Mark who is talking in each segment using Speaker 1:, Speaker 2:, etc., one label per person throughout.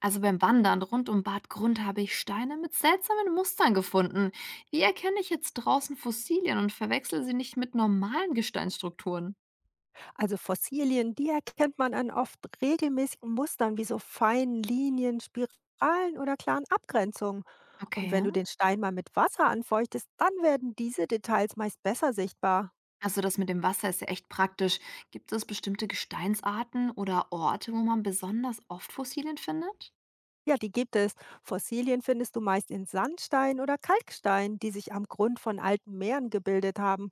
Speaker 1: Also beim Wandern rund um Bad Grund habe ich Steine mit seltsamen Mustern gefunden. Wie erkenne ich jetzt draußen Fossilien und verwechsel sie nicht mit normalen Gesteinsstrukturen?
Speaker 2: Also Fossilien, die erkennt man an oft regelmäßigen Mustern wie so feinen Linien, Spiralen oder klaren Abgrenzungen. Und wenn
Speaker 1: Okay.
Speaker 2: du den Stein mal mit Wasser anfeuchtest, dann werden diese Details meist besser sichtbar.
Speaker 1: Also das mit dem Wasser ist ja echt praktisch. Gibt es bestimmte Gesteinsarten oder Orte, wo man besonders oft Fossilien findet?
Speaker 2: Ja, die gibt es. Fossilien findest du meist in Sandstein oder Kalkstein, die sich am Grund von alten Meeren gebildet haben.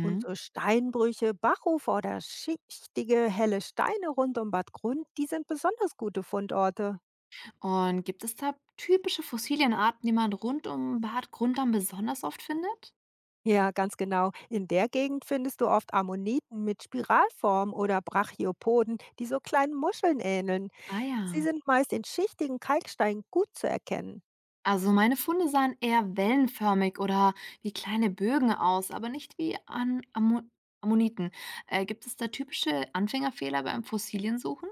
Speaker 2: Und so Steinbrüche, Bachufer oder schichtige, helle Steine rund um Bad Grund, die sind besonders gute Fundorte.
Speaker 1: Und gibt es da typische Fossilienarten, die man rund um Bad Grund dann besonders oft findet?
Speaker 2: Ja, ganz genau. In der Gegend findest du oft Ammoniten mit Spiralform oder Brachiopoden, die so kleinen Muscheln ähneln.
Speaker 1: Ah
Speaker 2: Sie
Speaker 1: ja.
Speaker 2: sind meist in schichtigen Kalkstein gut zu erkennen.
Speaker 1: Also meine Funde sahen eher wellenförmig oder wie kleine Bögen aus, aber nicht wie an Ammo Ammoniten. Gibt es da typische Anfängerfehler beim Fossiliensuchen?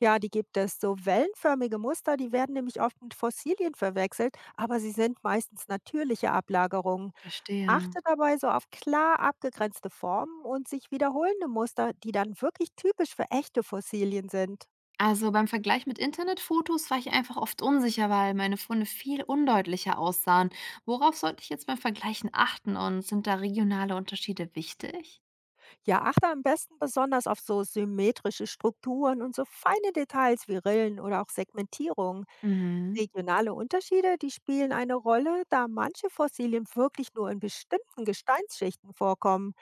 Speaker 2: Ja, die gibt es. So wellenförmige Muster, die werden nämlich oft mit Fossilien verwechselt, aber sie sind meistens natürliche Ablagerungen.
Speaker 1: Verstehe.
Speaker 2: Achte dabei so auf klar abgegrenzte Formen und sich wiederholende Muster, die dann wirklich typisch für echte Fossilien sind.
Speaker 1: Also beim Vergleich mit Internetfotos war ich einfach oft unsicher, weil meine Funde viel undeutlicher aussahen. Worauf sollte ich jetzt beim Vergleichen achten und sind da regionale Unterschiede wichtig?
Speaker 2: Ja, achte am besten besonders auf so symmetrische Strukturen und so feine Details wie Rillen oder auch Segmentierung.
Speaker 1: Mhm.
Speaker 2: Regionale Unterschiede, die spielen eine Rolle, da manche Fossilien wirklich nur in bestimmten Gesteinsschichten vorkommen.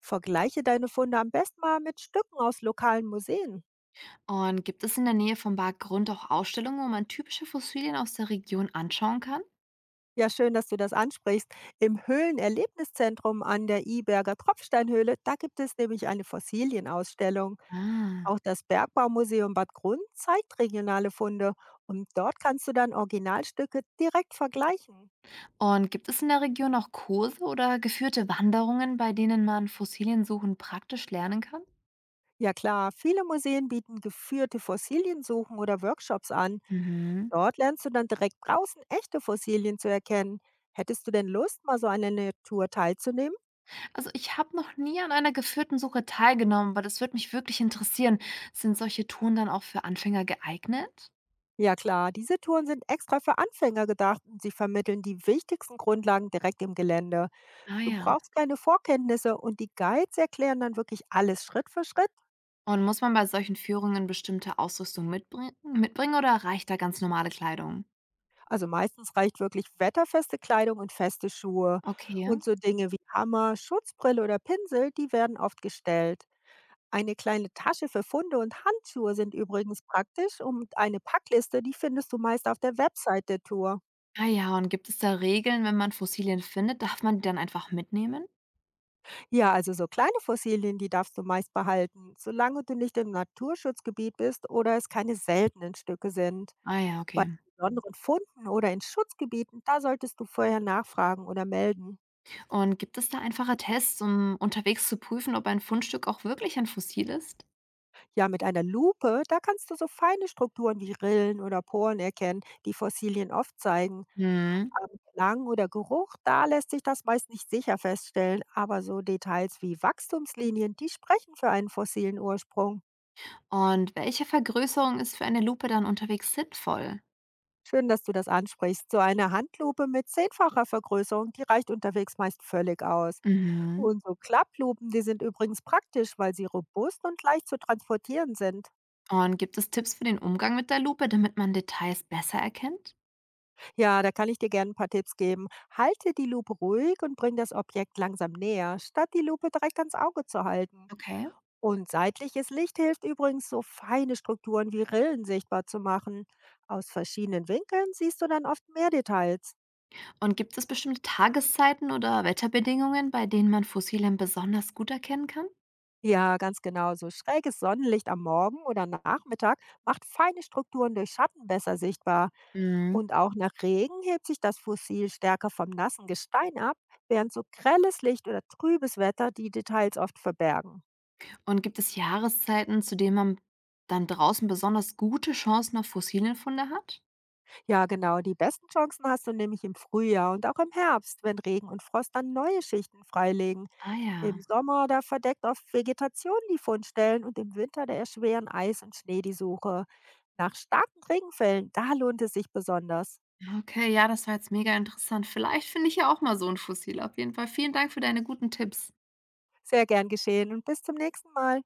Speaker 2: Vergleiche deine Funde am besten mal mit Stücken aus lokalen Museen.
Speaker 1: Und gibt es in der Nähe vom Berggrund auch Ausstellungen, wo man typische Fossilien aus der Region anschauen kann?
Speaker 2: Ja, schön, dass du das ansprichst. Im Höhlenerlebniszentrum an der Iberger Tropfsteinhöhle, da gibt es nämlich eine Fossilienausstellung.
Speaker 1: Ah.
Speaker 2: Auch das Bergbaumuseum Bad Grund zeigt regionale Funde und dort kannst du dann Originalstücke direkt vergleichen.
Speaker 1: Und gibt es in der Region auch Kurse oder geführte Wanderungen, bei denen man Fossilien suchen praktisch lernen kann?
Speaker 2: Ja klar, viele Museen bieten geführte Fossiliensuchen oder Workshops an.
Speaker 1: Mhm.
Speaker 2: Dort lernst du dann direkt draußen echte Fossilien zu erkennen. Hättest du denn Lust, mal so an einer Tour teilzunehmen?
Speaker 1: Also ich habe noch nie an einer geführten Suche teilgenommen, aber das würde mich wirklich interessieren. Sind solche Touren dann auch für Anfänger geeignet?
Speaker 2: Ja klar, diese Touren sind extra für Anfänger gedacht und sie vermitteln die wichtigsten Grundlagen direkt im Gelände.
Speaker 1: Ah
Speaker 2: Du
Speaker 1: ja.
Speaker 2: brauchst keine Vorkenntnisse und die Guides erklären dann wirklich alles Schritt für Schritt.
Speaker 1: Und muss man bei solchen Führungen bestimmte Ausrüstung mitbringen oder reicht da ganz normale Kleidung?
Speaker 2: Also meistens reicht wirklich wetterfeste Kleidung und feste Schuhe.
Speaker 1: Okay.
Speaker 2: Und so Dinge wie Hammer, Schutzbrille oder Pinsel, die werden oft gestellt. Eine kleine Tasche für Funde und Handschuhe sind übrigens praktisch und eine Packliste, die findest du meist auf der Website der Tour.
Speaker 1: Ah ja, und gibt es da Regeln, wenn man Fossilien findet, darf man die dann einfach mitnehmen?
Speaker 2: Ja, also so kleine Fossilien, die darfst du meist behalten, solange du nicht im Naturschutzgebiet bist oder es keine seltenen Stücke sind.
Speaker 1: Ah ja,
Speaker 2: Bei
Speaker 1: okay.
Speaker 2: besonderen Funden oder in Schutzgebieten, da solltest du vorher nachfragen oder melden.
Speaker 1: Und gibt es da einfache Tests, um unterwegs zu prüfen, ob ein Fundstück auch wirklich ein Fossil ist?
Speaker 2: Ja, mit einer Lupe, da kannst du so feine Strukturen wie Rillen oder Poren erkennen, die Fossilien oft zeigen.
Speaker 1: Mhm.
Speaker 2: Am Klang oder Geruch, da lässt sich das meist nicht sicher feststellen, aber so Details wie Wachstumslinien, die sprechen für einen fossilen Ursprung.
Speaker 1: Und welche Vergrößerung ist für eine Lupe dann unterwegs sinnvoll?
Speaker 2: Schön, dass du das ansprichst. So eine Handlupe mit 10-facher Vergrößerung, die reicht unterwegs meist völlig aus.
Speaker 1: Mhm.
Speaker 2: Und so Klapplupen, die sind übrigens praktisch, weil sie robust und leicht zu transportieren sind.
Speaker 1: Und gibt es Tipps für den Umgang mit der Lupe, damit man Details besser erkennt?
Speaker 2: Ja, da kann ich dir gerne ein paar Tipps geben. Halte die Lupe ruhig und bring das Objekt langsam näher, statt die Lupe direkt ans Auge zu halten.
Speaker 1: Okay.
Speaker 2: Und seitliches Licht hilft übrigens, so feine Strukturen wie Rillen sichtbar zu machen. Aus verschiedenen Winkeln siehst du dann oft mehr Details.
Speaker 1: Und gibt es bestimmte Tageszeiten oder Wetterbedingungen, bei denen man Fossilien besonders gut erkennen kann?
Speaker 2: Ja, ganz genau. So schräges Sonnenlicht am Morgen oder Nachmittag macht feine Strukturen durch Schatten besser sichtbar.
Speaker 1: Mhm.
Speaker 2: Und auch nach Regen hebt sich das Fossil stärker vom nassen Gestein ab, während so grelles Licht oder trübes Wetter die Details oft verbergen.
Speaker 1: Und gibt es Jahreszeiten, zu denen man dann draußen besonders gute Chancen auf Fossilienfunde hat?
Speaker 2: Ja, genau. Die besten Chancen hast du nämlich im Frühjahr und auch im Herbst, wenn Regen und Frost dann neue Schichten freilegen.
Speaker 1: Ah
Speaker 2: Im
Speaker 1: ja.
Speaker 2: Sommer, da verdeckt oft Vegetation die Fundstellen und im Winter, da erschweren Eis und Schnee die Suche. Nach starken Regenfällen, da lohnt es sich besonders.
Speaker 1: Okay, ja, das war jetzt mega interessant. Vielleicht finde ich ja auch mal so ein Fossil. Auf jeden Fall vielen Dank für deine guten Tipps.
Speaker 2: Sehr gern geschehen und bis zum nächsten Mal.